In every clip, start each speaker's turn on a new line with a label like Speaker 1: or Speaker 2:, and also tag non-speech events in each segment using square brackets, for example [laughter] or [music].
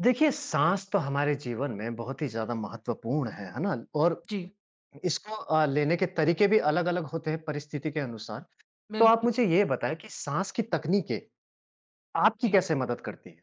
Speaker 1: देखिए, साँस तो हमारे जीवन में बहुत ही ज़्यादा महत्वपूर्ण है ना? और
Speaker 2: जी,
Speaker 1: इसको लेने के तरीके भी अलग-अलग होते हैं परिस्थिति के अनुसार। तो आप
Speaker 2: बिल्कुल,
Speaker 1: मुझे ये बताएँ कि साँस की तकनीकें आपकी
Speaker 2: जी।
Speaker 1: कैसे मदद करती हैं?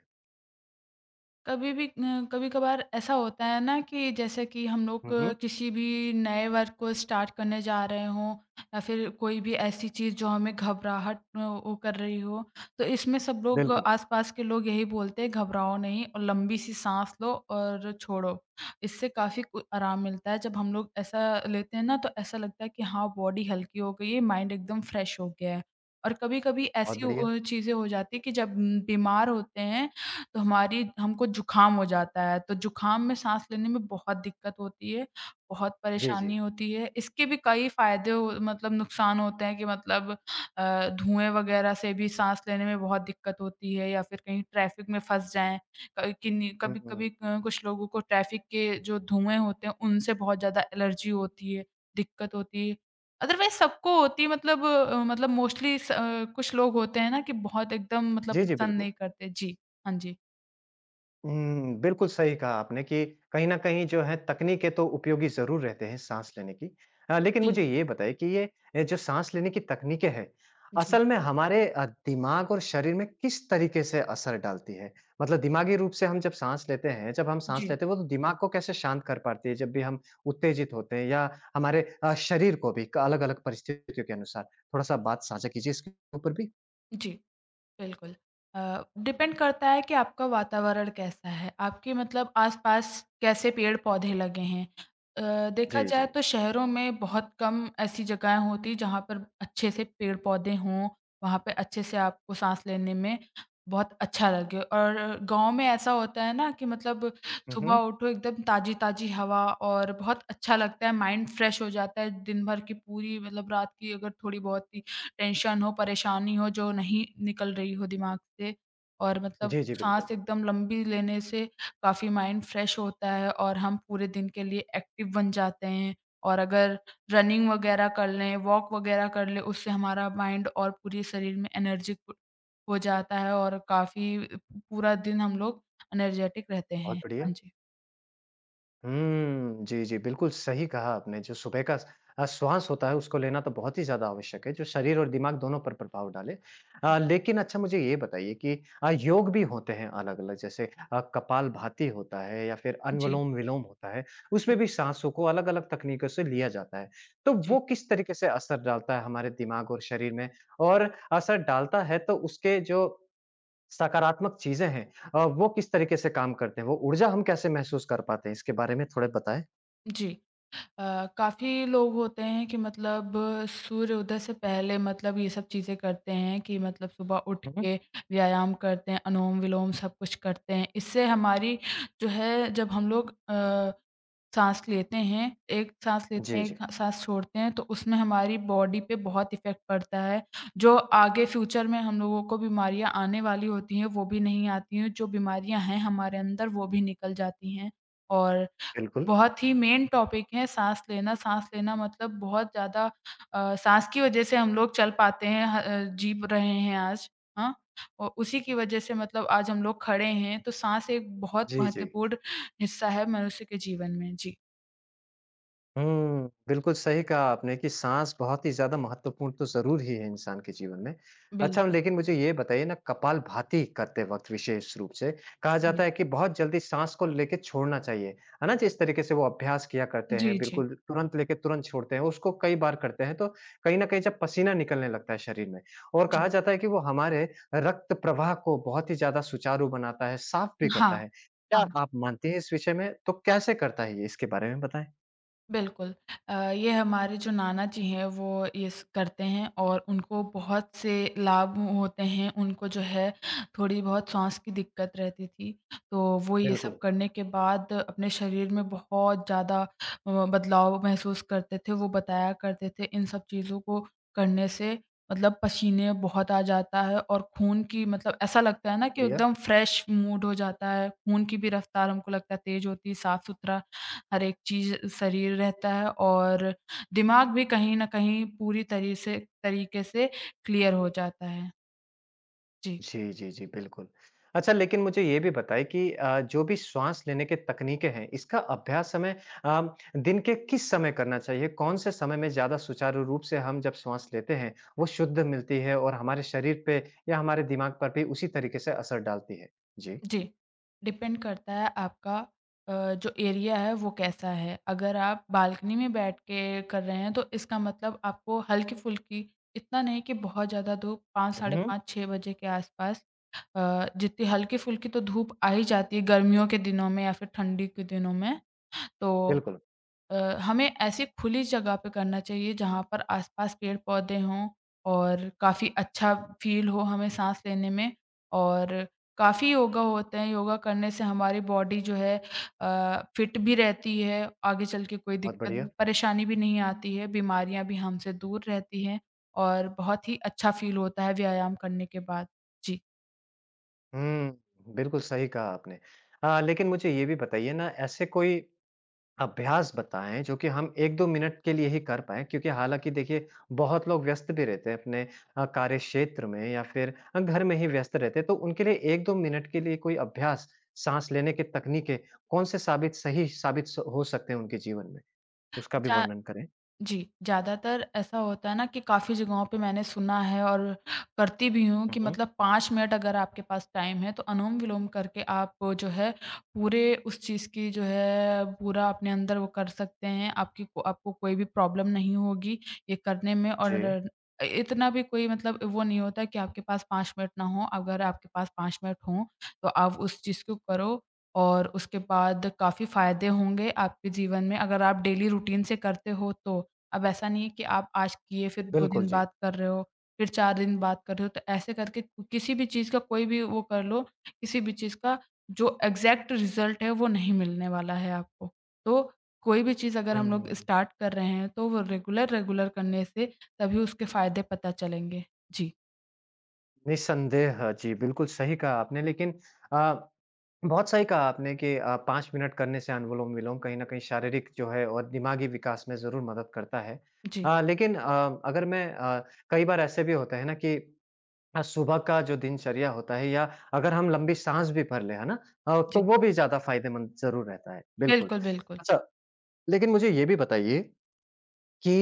Speaker 2: कभी भी कभी-कभार ऐसा होता है ना कि जैसे कि हम लोग
Speaker 1: हुँ, हुँ।
Speaker 2: किसी भी नए वर्क को स्टार्ट करने जा रहे हों या फिर कोई भी ऐसी चीज़ जो हमें घबराहट वो कर रही हो, तो इसमें सब लोग
Speaker 1: बिल्कुल,
Speaker 2: आस-पास के लोग यही बोलते हैं घबराओ नहीं और लंबी सी साँस लो और छोड़ो। इससे काफ़ी कु आराम मिलता है, जब हम लोग ऐसा लेते हैं ना तो ऐसा लगता है कि हाँ, बॉडी हल्की हो गई है, माइंड एकदम फ्रेश हो गया है। और कभी-कभी
Speaker 1: बहुत
Speaker 2: ऐसी
Speaker 1: बढ़िया।
Speaker 2: चीज़ें हो जाती हैं कि जब हम बीमार होते हैं तो हमारी हमको जुकाम हो जाता है, तो जुकाम में साँस लेने में बहुत दिक्कत होती है, बहुत
Speaker 1: जी, जी।
Speaker 2: परेशानी होती है। इसके भी कई फ़ायदे हो मतलब नुकसान होते हैं कि मतलब धुएँ वगैरह से भी साँस लेने में बहुत दिक्कत होती है या फिर कहीं ट्रैफ़िक में फँस जाएँ। क किन्हीं
Speaker 1: हुँ, हुँ।
Speaker 2: कभी-कभी कुछ लोगों को ट्रैफ़िक के जो धुएँ होते हैं, उनसे बहुत ज़्यादा एलर्जी होती है, दिक्कत होती है। अदरवाइज़ सबको होती है मतलब मतलब मोस्टली स कुछ लोग होते हैं ना कि बहुत एकदम मतलब
Speaker 1: जी, जी,
Speaker 2: पसंद
Speaker 1: बिल्कुल।
Speaker 2: नहीं करते। जी। हाँ जी।
Speaker 1: हुँ, बिल्कुल सही कहा आपने कि कहीं न कहीं जो है तकनीकें तो उपयोगी ज़रूर रहते हैं सांस लेने की। लेकिन
Speaker 2: जी,
Speaker 1: मुझे ये बताइए कि ये जो सांस लेने की तकनीकें हैं,
Speaker 2: जी,
Speaker 1: असल में हमारे दिमाग और शरीर में किस तरीके से असर डालती है? मतलब दिमागी रूप से हम जब सांस लेते हैं जब हम सांस
Speaker 2: जी,
Speaker 1: लेते हैं वो तो दिमाग को कैसे शांत कर पाती है जब भी हम उत्तेजित होते हैं या हमारे शरीर को भी क अलग-अलग परिस्थितियों के अनुसार? थोड़ा-सा बात साझा कीजिए इसके ऊपर भी।
Speaker 2: जी, बिल्कुल। अ, डिपेंड करता है कि आपका वातावरण कैसा है, आपके मतलब आस-पास कैसे पेड़-पौधे लगे हैं। देखा
Speaker 1: जी,
Speaker 2: जाए
Speaker 1: जी।
Speaker 2: तो शहरों में बहुत कम ऐसी जगहें होती जहाँ पर अच्छे से पेड़-पौधे हों, वहाँ पे अच्छे से आपको साँस लेने में बहुत अच्छा लगे और गाँव में ऐसा होता है ना कि मतलब
Speaker 1: हुँ,
Speaker 2: सुबह
Speaker 1: हुँ।
Speaker 2: उठो एकदम ताज़ी-ताज़ी हवा और बहुत अच्छा लगता है, माइंड फ्रेश हो जाता है दिन भर की पूरी मतलब रात की अगर थोड़ी बहुत टेंशन हो, परेशानी हो जो नहीं निकल रही हो दिमाग से और मतलब
Speaker 1: जी, जी, बिल्कुल।
Speaker 2: साँस एकदम लंबी लेने से काफ़ी माइंड फ्रेश होता है और हम पूरे दिन के लिए एक्टिव बन जाते हैं और अगर रनिंग वग़ैरह कर लें, वॉक वग़ैरह कर लें, उससे हमारा माइंड और पूरे शरीर में एनर्जी हो जाता है और काफ़ी पूरा दिन हम लोग एनर्जेटिक रहते
Speaker 1: बहुत
Speaker 2: हैं।
Speaker 1: बढ़िया।
Speaker 2: हाँ जी।
Speaker 1: हुँ। जी, जी, बिल्कुल सही कहा आपने। जो सुबह का स श्वास होता है उसको लेना तो बहुत ही ज़्यादा आवश्यक है, जो शरीर और दिमाग दोनों पर प्रभाव डाले।
Speaker 2: जी।
Speaker 1: लेकिन अच्छा मुझे ये बताइए कि योग भी होते हैं अलग-अलग जैसे कपालभाति होता है या फिर
Speaker 2: जी,
Speaker 1: अनुलोम-विलोम होता है, उसमें
Speaker 2: जी,
Speaker 1: भी साँसों को अलग-अलग तकनीकों से लिया जाता है। तो
Speaker 2: जी,
Speaker 1: वो किस तरीके से असर डालता है हमारे दिमाग और शरीर में? और असर डालता है तो उसके जो सकारात्मक चीज़ें हैं वो किस तरीके से काम करते हैं? वो ऊर्जा हम कैसे महसूस कर पाते हैं? इसके बारे में थोड़ा बताएँ?
Speaker 2: जी। काफ़ी लोग होते हैं कि मतलब सूर्योदय से पहले मतलब ये सब चीज़ें करते हैं कि मतलब सुबह उठ
Speaker 1: हुँ, हुँ।
Speaker 2: के व्यायाम करते हैं, अनुलोम-विलोम सब कुछ करते हैं। इससे हमारी जो है जब हम लोग साँस लेते हैं, एक साँस लेते
Speaker 1: जी,
Speaker 2: हैं, एक
Speaker 1: जी।
Speaker 2: साँस छोड़ते हैं तो उसमें हमारी बॉडी पे बहुत इफ़ेक्ट पड़ता है। जो आगे फ्यूचर में हम लोगों को बीमारियाँ आने वाली होती हैं, वो भी नहीं आती हैं, जो बीमारियाँ हैं हमारे अंदर वो भी निकल जाती हैं। और
Speaker 1: बिल्कुल।
Speaker 2: बहुत ही मेन टॉपिक है साँस लेना मतलब बहुत ज़्यादा साँस की वज़ह से हम लोग चल पाते हैं, ह जी रहे हैं आज, हाँ। औ उसी की वज़ह से मतलब आज हम लोग खड़े हैं, तो साँस एक बहुत
Speaker 1: जी, जी।
Speaker 2: महत्वपूर्ण हिस्सा है मनुष्य के जीवन में। जी,
Speaker 1: हुँ, बिल्कुल सही कहा आपने कि साँस बहुत ही ज़्यादा महत्वपूर्ण तो ज़रूर ही है इंसान के जीवन में। अच्छा
Speaker 2: बिल्कुल।
Speaker 1: लेकिन मुझे ये बताइए ना कपालभाति करते वक़्त विशेष रूप से कहा जाता
Speaker 2: जी।
Speaker 1: है कि बहुत जल्दी साँस को लेके छोड़ना चाहिए, है ना? जिस तरीके से वो अभ्यास किया करते हैं
Speaker 2: जी, जी,
Speaker 1: बिल्कुल तुरंत लेके तुरंत छोड़ते हैं, उसको कई बार करते हैं तो कहीं न कहीं जब पसीना निकलने लगता है शरीर में और
Speaker 2: जी।
Speaker 1: कहा जाता है कि वो हमारे रक्त प्रवाह को बहुत ही ज़्यादा सुचारू बनाता है, साफ़ भी
Speaker 2: हाँ,
Speaker 1: करता है। क्या
Speaker 2: हाँ।
Speaker 1: आप मानती हैं इस विषय में? तो कैसे करता है ये? इसके बारे में बताएँ।
Speaker 2: बिल्कुल। ये हमारे जो नाना जी हैं वो ये स करते हैं और उनको बहुत से लाभ होते हैं, उनको जो है थोड़ी बहुत साँस की दिक्कत रहती थी, तो वो ये
Speaker 1: बिल्कुल।
Speaker 2: सब करने के बाद अपने शरीर में बहुत ज़्यादा बदलाव महसूस करते थे, वो बताया करते थे इन सब चीज़ों को करने से मतलब पसीने बहुत आ जाता है और खून की मतलब ऐसा लगता है ना कि
Speaker 1: बढ़िया।
Speaker 2: एकदम फ्रेश मूड हो जाता है, खून की भी रफ़्तार हमको लगता है तेज़ होती है, साफ़-सुथरा हर एक चीज़ शरीर रहता है और दिमाग भी कहीं न कहीं पूरी तरी से तरीके से क्लियर हो जाता है। जी,
Speaker 1: जी, जी, जी, बिल्कुल। अच्छा लेकिन मुझे ये भी बताइए कि जो भी श्वास लेने के तकनीकें हैं, इसका अभ्यास हमें अ, दिन के किस समय करना चाहिए? कौन-से समय में ज़्यादा सुचारू रूप से हम जब श्वास लेते हैं, वो शुद्ध मिलती है और हमारे शरीर पे या हमारे दिमाग पर भी उसी तरीके से असर डालती है? जी।
Speaker 2: जी। डिपेंड करता है आपका जो एरिया है वो कैसा है। अगर आप बालकनी में बैठ के कर रहे हैं तो इसका मतलब आपको हल्की-फुल्की इतना नहीं कि बहुत ज़्यादा धूप 5 साढ़े
Speaker 1: हुँ,
Speaker 2: 5 6 बजे के आसपास जितनी हल्की-फुल्की तो धूप आ ही जाती है गर्मियों के दिनों में या फिर ठंडी के दिनों में। तो
Speaker 1: बिल्कुल,
Speaker 2: अ, हमें ऐसी खुली जगह पे करना चाहिए जहाँ पर आस-पास पेड़-पौधे हों और काफ़ी अच्छा फ़ील हो हमें साँस लेने में और काफ़ी योगा होते हैं। योगा करने से हमारी बॉडी जो है फिट भी रहती है, आगे चल के कोई
Speaker 1: बहुत बढ़िया।
Speaker 2: दिक्कत, परेशानी भी नहीं आती है, बीमारियाँ भी हमसे दूर रहती हैं और बहुत ही अच्छा फ़ील होता है व्यायाम करने के बाद। जी।
Speaker 1: हुँ, बिल्कुल सही कहा आपने। लेकिन मुझे ये भी बताइए ना ऐसे कोई अभ्यास बताएँ जो कि हम 1-2 मिनट के लिए ही कर पाएँ क्योंकि हालाँकि देखिए बहुत लोग व्यस्त भी रहते हैं अपने कार्य क्षेत्र में या फिर घर में ही व्यस्त रहते हैं। तो उनके लिए 1-2 मिनट के लिए कोई अभ्यास, साँस लेने की तकनीकें कौन से साबित सही साबित स हो सकते हैं उनके जीवन में? उसका भी
Speaker 2: चा
Speaker 1: वर्णन करें।
Speaker 2: जी, ज़्यादातर ऐसा होता है ना कि काफ़ी जगहों पे मैंने सुना है और करती भी हूँ
Speaker 1: हुँ,
Speaker 2: कि
Speaker 1: हुँ।
Speaker 2: मतलब 5 मिनट अगर आपके पास टाइम है, तो अनुलोम-विलोम करके आप जो है पूरे उस चीज़ की जो है पूरा अपने अंदर वो कर सकते हैं। आपकी आपको कोई भी प्रॉब्लम नहीं होगी ये करने में
Speaker 1: जी,
Speaker 2: और इतना भी कोई मतलब वो नहीं होता कि आपके पास 5 मिनट ना हो। अगर आपके पास 5 मिनट हों, तो आप उस चीज़ को करो और उसके बाद काफ़ी फ़ायदे होंगे आपके जीवन में। अगर आप डेली रूटीन से करते हो तो। अब ऐसा नहीं है कि आप आज किए फिर 2
Speaker 1: बिल्कुल
Speaker 2: दिन
Speaker 1: जी।
Speaker 2: बाद कर रहे हो, फिर 4 दिन बाद कर रहे हो, तो ऐसे करके कु- किसी भी चीज़ का कोई भी वो कर लो, किसी भी चीज़ का जो एग्ज़ैक्ट रिज़ल्ट है वो नहीं मिलने वाला है आपको। तो कोई भी चीज़ अगर हम लोग
Speaker 1: हुँ।
Speaker 2: स्टार्ट कर रहे हैं तो वो रेगुलर, रेगुलर करने से तभी उसके फ़ायदे पता चलेंगे। जी,
Speaker 1: निस्संदेह, जी, बिल्कुल सही कहा आपने लेकिन अ, बहुत सही कहा आपने कि 5 मिनट करने से अनुलोम-विलोम कहीं न कहीं शारीरिक जो है और दिमागी विकास में ज़रूर मदद करता है।
Speaker 2: जी,
Speaker 1: अ, लेकिन अ, अगर मैं अ, कई बार ऐसे भी होता है ना कि सुबह का जो दिनचर्या होता है या अगर हम लंबी साँस भी भर लें, है ना? तो
Speaker 2: जी।
Speaker 1: वो भी ज़्यादा फ़ायदेमंद ज़रूर रहता है, बिल्कुल।
Speaker 2: बिल्कुल, बिल्कुल।
Speaker 1: अच्छा, लेकिन मुझे ये भी बताइए कि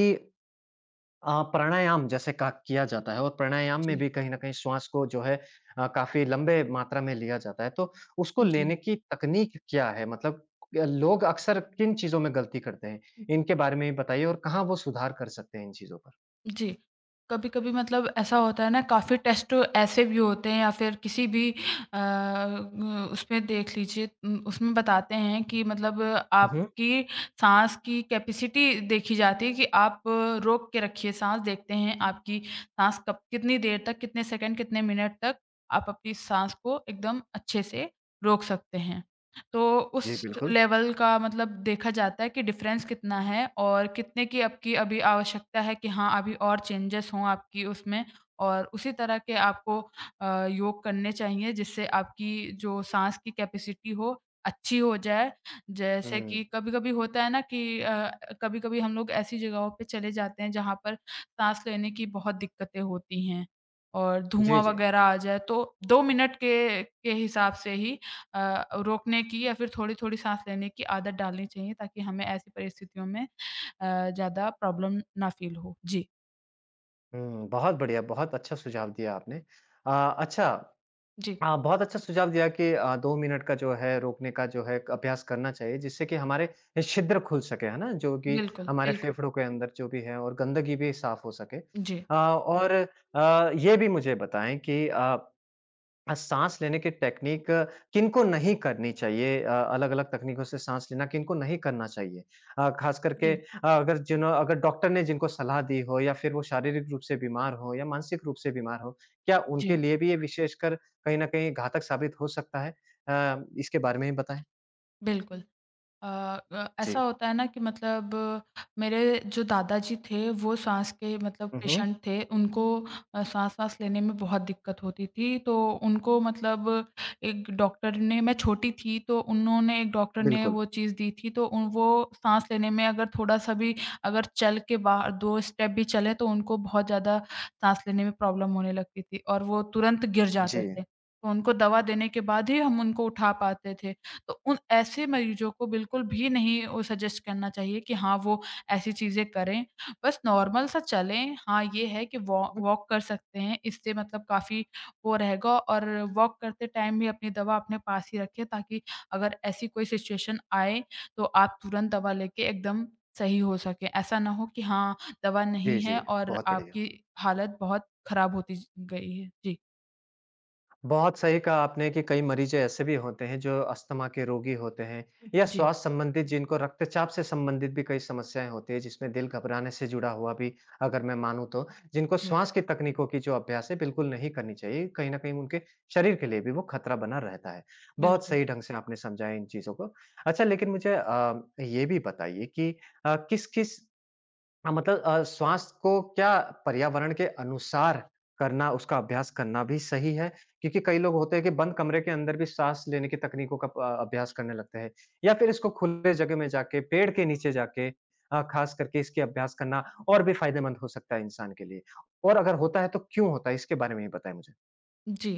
Speaker 1: प्राणायाम जैसे का किया जाता है और प्राणायाम में
Speaker 2: जी,
Speaker 1: भी कहीं न कहीं श्वास को जो है काफ़ी लंबे मात्रा में लिया जाता है, तो उसको
Speaker 2: जी।
Speaker 1: लेने की तकनीक क्या है? मतलब लोग अक्सर किन चीज़ों में गलती करते हैं? इनके बारे में भी बताइए और कहाँ वो सुधार कर सकते हैं इन चीज़ों पर?
Speaker 2: जी, कभी-कभी मतलब ऐसा होता है ना काफ़ी टेस्ट ऐसे भी होते हैं या फिर किसी भी ग उसमें देख लीजिए उसमें बताते हैं कि मतलब
Speaker 1: हुँ, हुँ।
Speaker 2: आपकी साँस की कैपेसिटी देखी जाती है कि आप रोक के रखिए साँस, देखते हैं आपकी साँस कब कितनी देर तक, कितने सेकंड, कितने मिनट तक आप अपनी साँस को एकदम अच्छे से रोक सकते हैं। तो उस
Speaker 1: जी, बिल्कुल।
Speaker 2: लेवल का मतलब देखा जाता है कि डिफ़रेंस कितना है और कितने की आपकी अभी आवश्यकता है कि हाँ, अभी और चेंजेज़ हों आपकी उसमें और उसी तरह के आपको योग करने चाहिए जिससे आपकी जो साँस की कैपेसिटी हो, अच्छी हो जाए। जैसे कि
Speaker 1: हुँ।
Speaker 2: कभी-कभी होता है ना कि कभी-कभी हम लोग ऐसी जगहों पे चले जाते हैं जहाँ पर साँस लेने की बहुत दिक्कतें होती हैं और
Speaker 1: जी,
Speaker 2: धुआँ
Speaker 1: जी।
Speaker 2: वग़ैरह आ जाए, तो 2 मिनट के हिसाब से ही रोकने की या फिर थोड़ी-थोड़ी साँस लेने की आदत डालनी चाहिए ताकि हमें ऐसी परिस्थितियों में ज़्यादा प्रॉब्लम ना फ़ील हो। जी,
Speaker 1: हुँ, बहुत बढ़िया, बहुत अच्छा सुझाव दिया आपने। अ, अच्छा
Speaker 2: जी।
Speaker 1: हाँ, बहुत अच्छा सुझाव दिया कि 2 मिनट का जो है रोकने का जो है अभ्यास करना चाहिए जिससे कि हमारे छिद्र खुल सके, है ना? जो कि
Speaker 2: बिल्कुल,
Speaker 1: हमारे
Speaker 2: बिल्कुल।
Speaker 1: फेफड़ों के अंदर जो भी है और गंदगी भी साफ़ हो सके।
Speaker 2: जी,
Speaker 1: अ, और ये भी मुझे बताएँ कि साँस लेने की टेक्निक किनको नहीं करनी चाहिए अलग-अलग तकनीकों से साँस लेना किनको नहीं करना चाहिए? ख़ास करके
Speaker 2: जी,
Speaker 1: अगर जिन्हों अगर डॉक्टर ने जिनको सलाह दी हो या फिर वो शारीरिक रूप से बीमार हो या मानसिक रूप से बीमार हो, क्या उनके
Speaker 2: जी,
Speaker 1: लिए भी ये विशेषकर कहीं न कहीं घातक साबित हो सकता है? इसके बारे में भी बताएँ।
Speaker 2: बिल्कुल। अ ऐसा
Speaker 1: जी।
Speaker 2: होता है ना कि मतलब मेरे जो दादाजी थे, वो साँस के मतलब
Speaker 1: हुँ, हुँ।
Speaker 2: पेशेंट थे। उनको साँस-वाँस लेने में बहुत दिक्कत होती थी, तो उनको मतलब एक डॉक्टर ने मैं छोटी थी, तो उन्होंने एक डॉक्टर ने
Speaker 1: बिल्कुल।
Speaker 2: वो चीज़ दी थी, तो उन वो साँस लेने में अगर थोड़ा-सा भी अगर चल के बाहर 2 स्टेप भी चलें, तो उनको बहुत ज़्यादा साँस लेने में प्रॉब्लम होने लगती थी और वो तुरंत गिर
Speaker 1: जी।
Speaker 2: जाते थे। तो उनको दवा देने के बाद ही हम उनको उठा पाते थे। तो उन ऐसे मरीजों को बिल्कुल भी नहीं वो सजेस्ट करना चाहिए कि हाँ, वो ऐसी चीज़ें करें। बस नॉर्मल सा चलें, हाँ, ये है कि वॉ वॉक कर सकते हैं, इससे मतलब काफ़ी वो रहेगा और वॉक करते टाइम भी अपनी दवा अपने पास ही रखें ताकि अगर ऐसी कोई सिचुएशन आए, तो आप तुरंत दवा लेके एकदम सही हो सकें। ऐसा ना हो कि हाँ, दवा नहीं
Speaker 1: जी, जी।
Speaker 2: है और
Speaker 1: बहुत बढ़िया।
Speaker 2: आपकी हालत बहुत खराब होती ज गई है। जी,
Speaker 1: बहुत सही कहा आपने कि कई मरीज ऐसे भी होते हैं जो अस्थमा के रोगी होते हैं या
Speaker 2: जी,
Speaker 1: श्वास संबंधित जिनको रक्तचाप से संबंधित भी कई समस्याएं होती है जिसमें दिल घबराने से जुड़ा हुआ भी अगर मैं मानूं तो जिनको
Speaker 2: जी,
Speaker 1: श्वास की तकनीकों की जो अभ्यास है बिल्कुल नहीं करनी चाहिए कहीं ना कहीं उनके शरीर के लिए भी वो खतरा बना रहता है बहुत
Speaker 2: बिल्कुल।
Speaker 1: सही ढंग से आपने समझाया इन चीजों को अच्छा लेकिन मुझे ये भी बताइए कि किस किस हाँ, मतलब स्वास्थ्य को क्या पर्यावरण के अनुसार करना, उसका अभ्यास करना भी सही है? क्योंकि कई लोग होते हैं कि बंद कमरे के अंदर भी साँस लेने की तकनीकों का अभ्यास करने लगते हैं या फिर इसको खुले जगह में जाके, पेड़ के नीचे जाके ख़ास करके इसके अभ्यास करना और भी फ़ायदेमंद हो सकता है इंसान के लिए और अगर होता है तो क्यों होता है? इसके बारे में भी बताएँ मुझे।
Speaker 2: जी।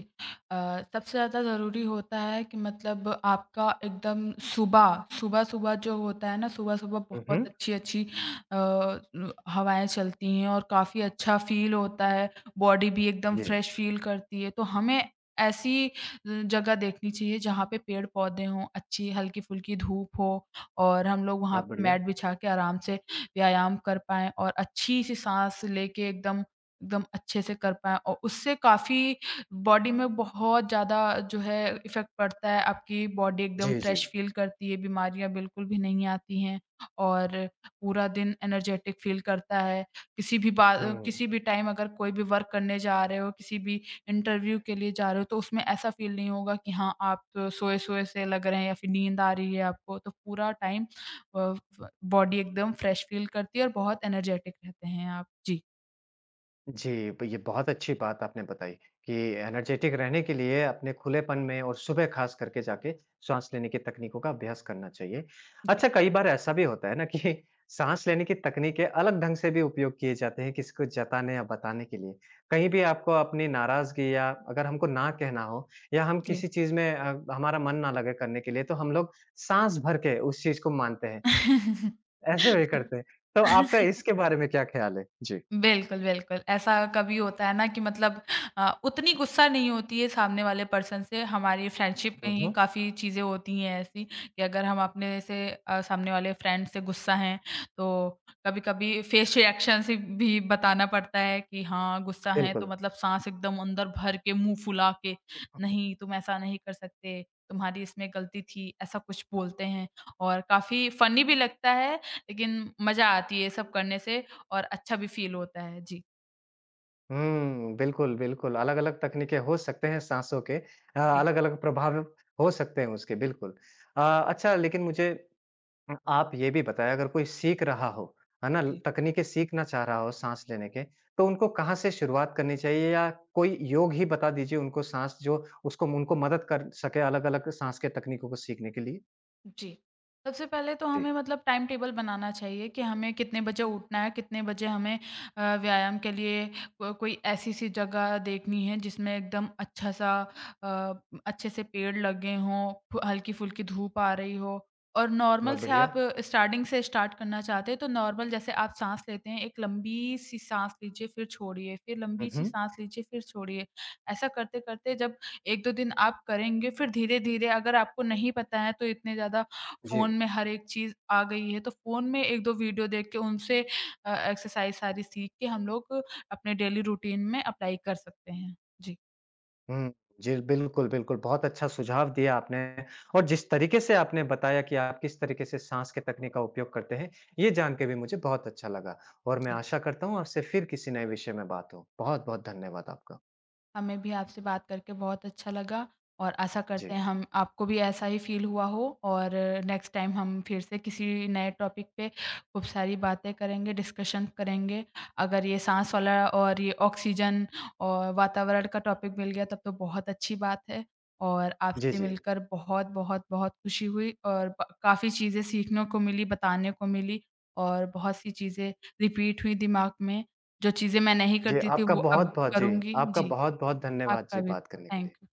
Speaker 2: अ, सबसे ज़्यादा ज़रूरी होता है कि मतलब आपका एकदम सुबह सुबह-सुबह जो होता है ना, सुबह-सुबह
Speaker 1: हुँ,
Speaker 2: बहुत
Speaker 1: हुँ।
Speaker 2: अच्छी-अच्छी उ हवाएँ चलती हैं और काफ़ी अच्छा फ़ील होता है, बॉडी भी एकदम
Speaker 1: जी,
Speaker 2: फ्रेश फ़ील करती है। तो हमें ऐसी जगह देखनी चाहिए जहाँ पे पेड़-पौधे हों, अच्छी हल्की-फुल्की धूप हो और हम लोग वहाँ
Speaker 1: बहुत
Speaker 2: पे
Speaker 1: बढ़िया।
Speaker 2: मैट बिछा के आराम से व्यायाम कर पाएँ और अच्छी-सी साँस लेके एकदम एकदम अच्छे से कर पाएँ और उससे काफ़ी बॉडी में बहुत ज़्यादा जो है इफ़ेक्ट पड़ता है, आपकी बॉडी एकदम
Speaker 1: जी, जी।
Speaker 2: फ्रेश फ़ील करती है, बीमारियाँ बिल्कुल भी नहीं आती हैं और पूरा दिन एनर्जेटिक फ़ील करता है। किसी भी बा
Speaker 1: हुँ।
Speaker 2: किसी भी टाइम अगर कोई भी वर्क करने जा रहे हो, किसी भी इंटरव्यू के लिए जा रहे हो, तो उसमें ऐसा फ़ील नहीं होगा कि हाँ, आप सोए-सोए से लग रहे हैं या फिर नींद आ रही है आपको, तो पूरा टाइम फ बॉडी एकदम फ्रेश फ़ील करती है और बहुत एनर्जेटिक रहते हैं आप। जी।
Speaker 1: जी, ब ये बहुत अच्छी बात आपने बताई कि एनर्जेटिक रहने के लिए अपने खुलेपन में और सुबह खास करके जाके साँस लेने की तकनीकों का अभ्यास करना चाहिए।
Speaker 2: जी,
Speaker 1: अच्छा कई बार ऐसा भी होता है ना कि [laughs] साँस लेने की तकनीकें अलग ढंग से भी उपयोग किए जाते हैं किसी को जताने या बताने के लिए। कहीं भी आपको अपनी नाराज़गी या अगर हमको ना कहना हो या हम
Speaker 2: जी।
Speaker 1: किसी चीज़ में हमारा मन ना लगे करने के लिए तो हम लोग साँस भर के उस चीज़ को मानते हैं, ऐसे भी
Speaker 2: [laughs]
Speaker 1: करते हैं। तो आपका इसके बारे में क्या ख़्याल है? जी।
Speaker 2: बिल्कुल, बिल्कुल। ऐसा कभी होता है ना कि मतलब उतनी गुस्सा नहीं होती है सामने वाले पर्सन से, हमारी फ्रेंडशिप
Speaker 1: हुँ,
Speaker 2: में ही
Speaker 1: हुँ।
Speaker 2: काफ़ी चीज़ें होती हैं ऐसी कि अगर हम अपने से सामने वाले फ्रेंड से गुस्सा हैं, तो कभी-कभी फेस रिएक्शन से भी बताना पड़ता है कि हाँ, गुस्सा है तो
Speaker 1: बिल्कुल।
Speaker 2: मतलब साँस एकदम अंदर भर के, मुँह फुला के, नहीं तुम ऐसा नहीं कर सकते, तुम्हारी इसमें गलती थी, ऐसा कुछ बोलते हैं और काफ़ी फ़नी भी लगता है, लेकिन मज़ा आती है ये सब करने से और अच्छा भी फ़ील होता है। जी,
Speaker 1: हुँ, बिल्कुल, बिल्कुल, अलग-अलग तकनीकें हो सकते हैं साँसों के
Speaker 2: जी,
Speaker 1: अलग-अलग प्रभाव हो सकते हैं उसके बिल्कुल। अच्छा लेकिन मुझे आप ये भी बताएँ अगर कोई सीख रहा हो, है ना?
Speaker 2: जी,
Speaker 1: तकनीकें सीखना चाह रहा हो साँस लेने के, तो उनको कहाँ से शुरुआत करनी चाहिए या कोई योग ही बता दीजिए उनको साँस जो उसको उनको मदद कर सके अलग-अलग साँस के तकनीकों को सीखने के लिए?
Speaker 2: जी। सबसे पहले तो
Speaker 1: जी,
Speaker 2: हमें मतलब टाइम टेबल बनाना चाहिए कि हमें कितने बजे उठना है, कितने बजे हमें व्यायाम के लिए को कोई ऐसी-सी जगह देखनी है जिसमें एकदम अच्छा-सा अ, अच्छे से पेड़ लगे हों, फ हल्की-फुल्की धूप आ रही हो और नॉर्मल
Speaker 1: बहुत
Speaker 2: से
Speaker 1: बढ़िया।
Speaker 2: आप स्टार्टिंग से स्टार्ट करना चाहते हैं तो नॉर्मल जैसे आप साँस लेते हैं, एक लंबी-सी साँस लीजिए, फिर छोड़िए, फिर
Speaker 1: हुँ,
Speaker 2: लंबी-सी
Speaker 1: हुँ।
Speaker 2: साँस लीजिए, फिर छोड़िए। ऐसा करते-करते जब 1-2 दिन आप करेंगे, फिर धीरे-धीरे अगर आपको नहीं पता है तो इतने ज़्यादा
Speaker 1: जी।
Speaker 2: फ़ोन में हर एक चीज़ आ गई है, तो फ़ोन में 1-2 वीडियो देख के उनसे एक्सरसाइज़ सारी सीख के हम लोग अपने डेली रूटीन में अप्लाई कर सकते हैं। जी।
Speaker 1: हुँ। जी, बिल्कुल, बिल्कुल, बहुत अच्छा सुझाव दिया आपने और जिस तरीके से आपने बताया कि आप किस तरीके से साँस के तकनीक का उपयोग करते हैं, ये जान के भी मुझे बहुत अच्छा लगा और मैं
Speaker 2: जी।
Speaker 1: आशा करता हूँ आपसे फिर किसी नए विषय में बात हो। बहुत-बहुत धन्यवाद आपका।
Speaker 2: हमें भी आपसे बात करके बहुत अच्छा लगा और आशा करते
Speaker 1: जी।
Speaker 2: हैं हम आपको भी ऐसा ही फ़ील हुआ हो और नेक्स्ट टाइम हम फिर से किसी नए टॉपिक पे खूब सारी बातें करेंगे, डिस्कशन करेंगे। अगर ये साँस वाला और ये ऑक्सीजन और वातावरण का टॉपिक मिल गया तब तो बहुत अच्छी बात है और
Speaker 1: जी,
Speaker 2: आपसे
Speaker 1: जी।
Speaker 2: मिलकर बहुत, बहुत, बहुत खुशी हुई और ब काफ़ी चीज़ें सीखने को मिली, बताने को मिली और बहुत सी चीज़ें रिपीट हुई दिमाग में। जो चीज़ें मैं नहीं करती थी वो अब
Speaker 1: जी,
Speaker 2: करूँगी।
Speaker 1: आपका
Speaker 2: जी।
Speaker 1: बहुत-बहुत धन्यवाद जी,
Speaker 2: आपका भी
Speaker 1: बात करने के
Speaker 2: थैंक
Speaker 1: लिए।
Speaker 2: यू।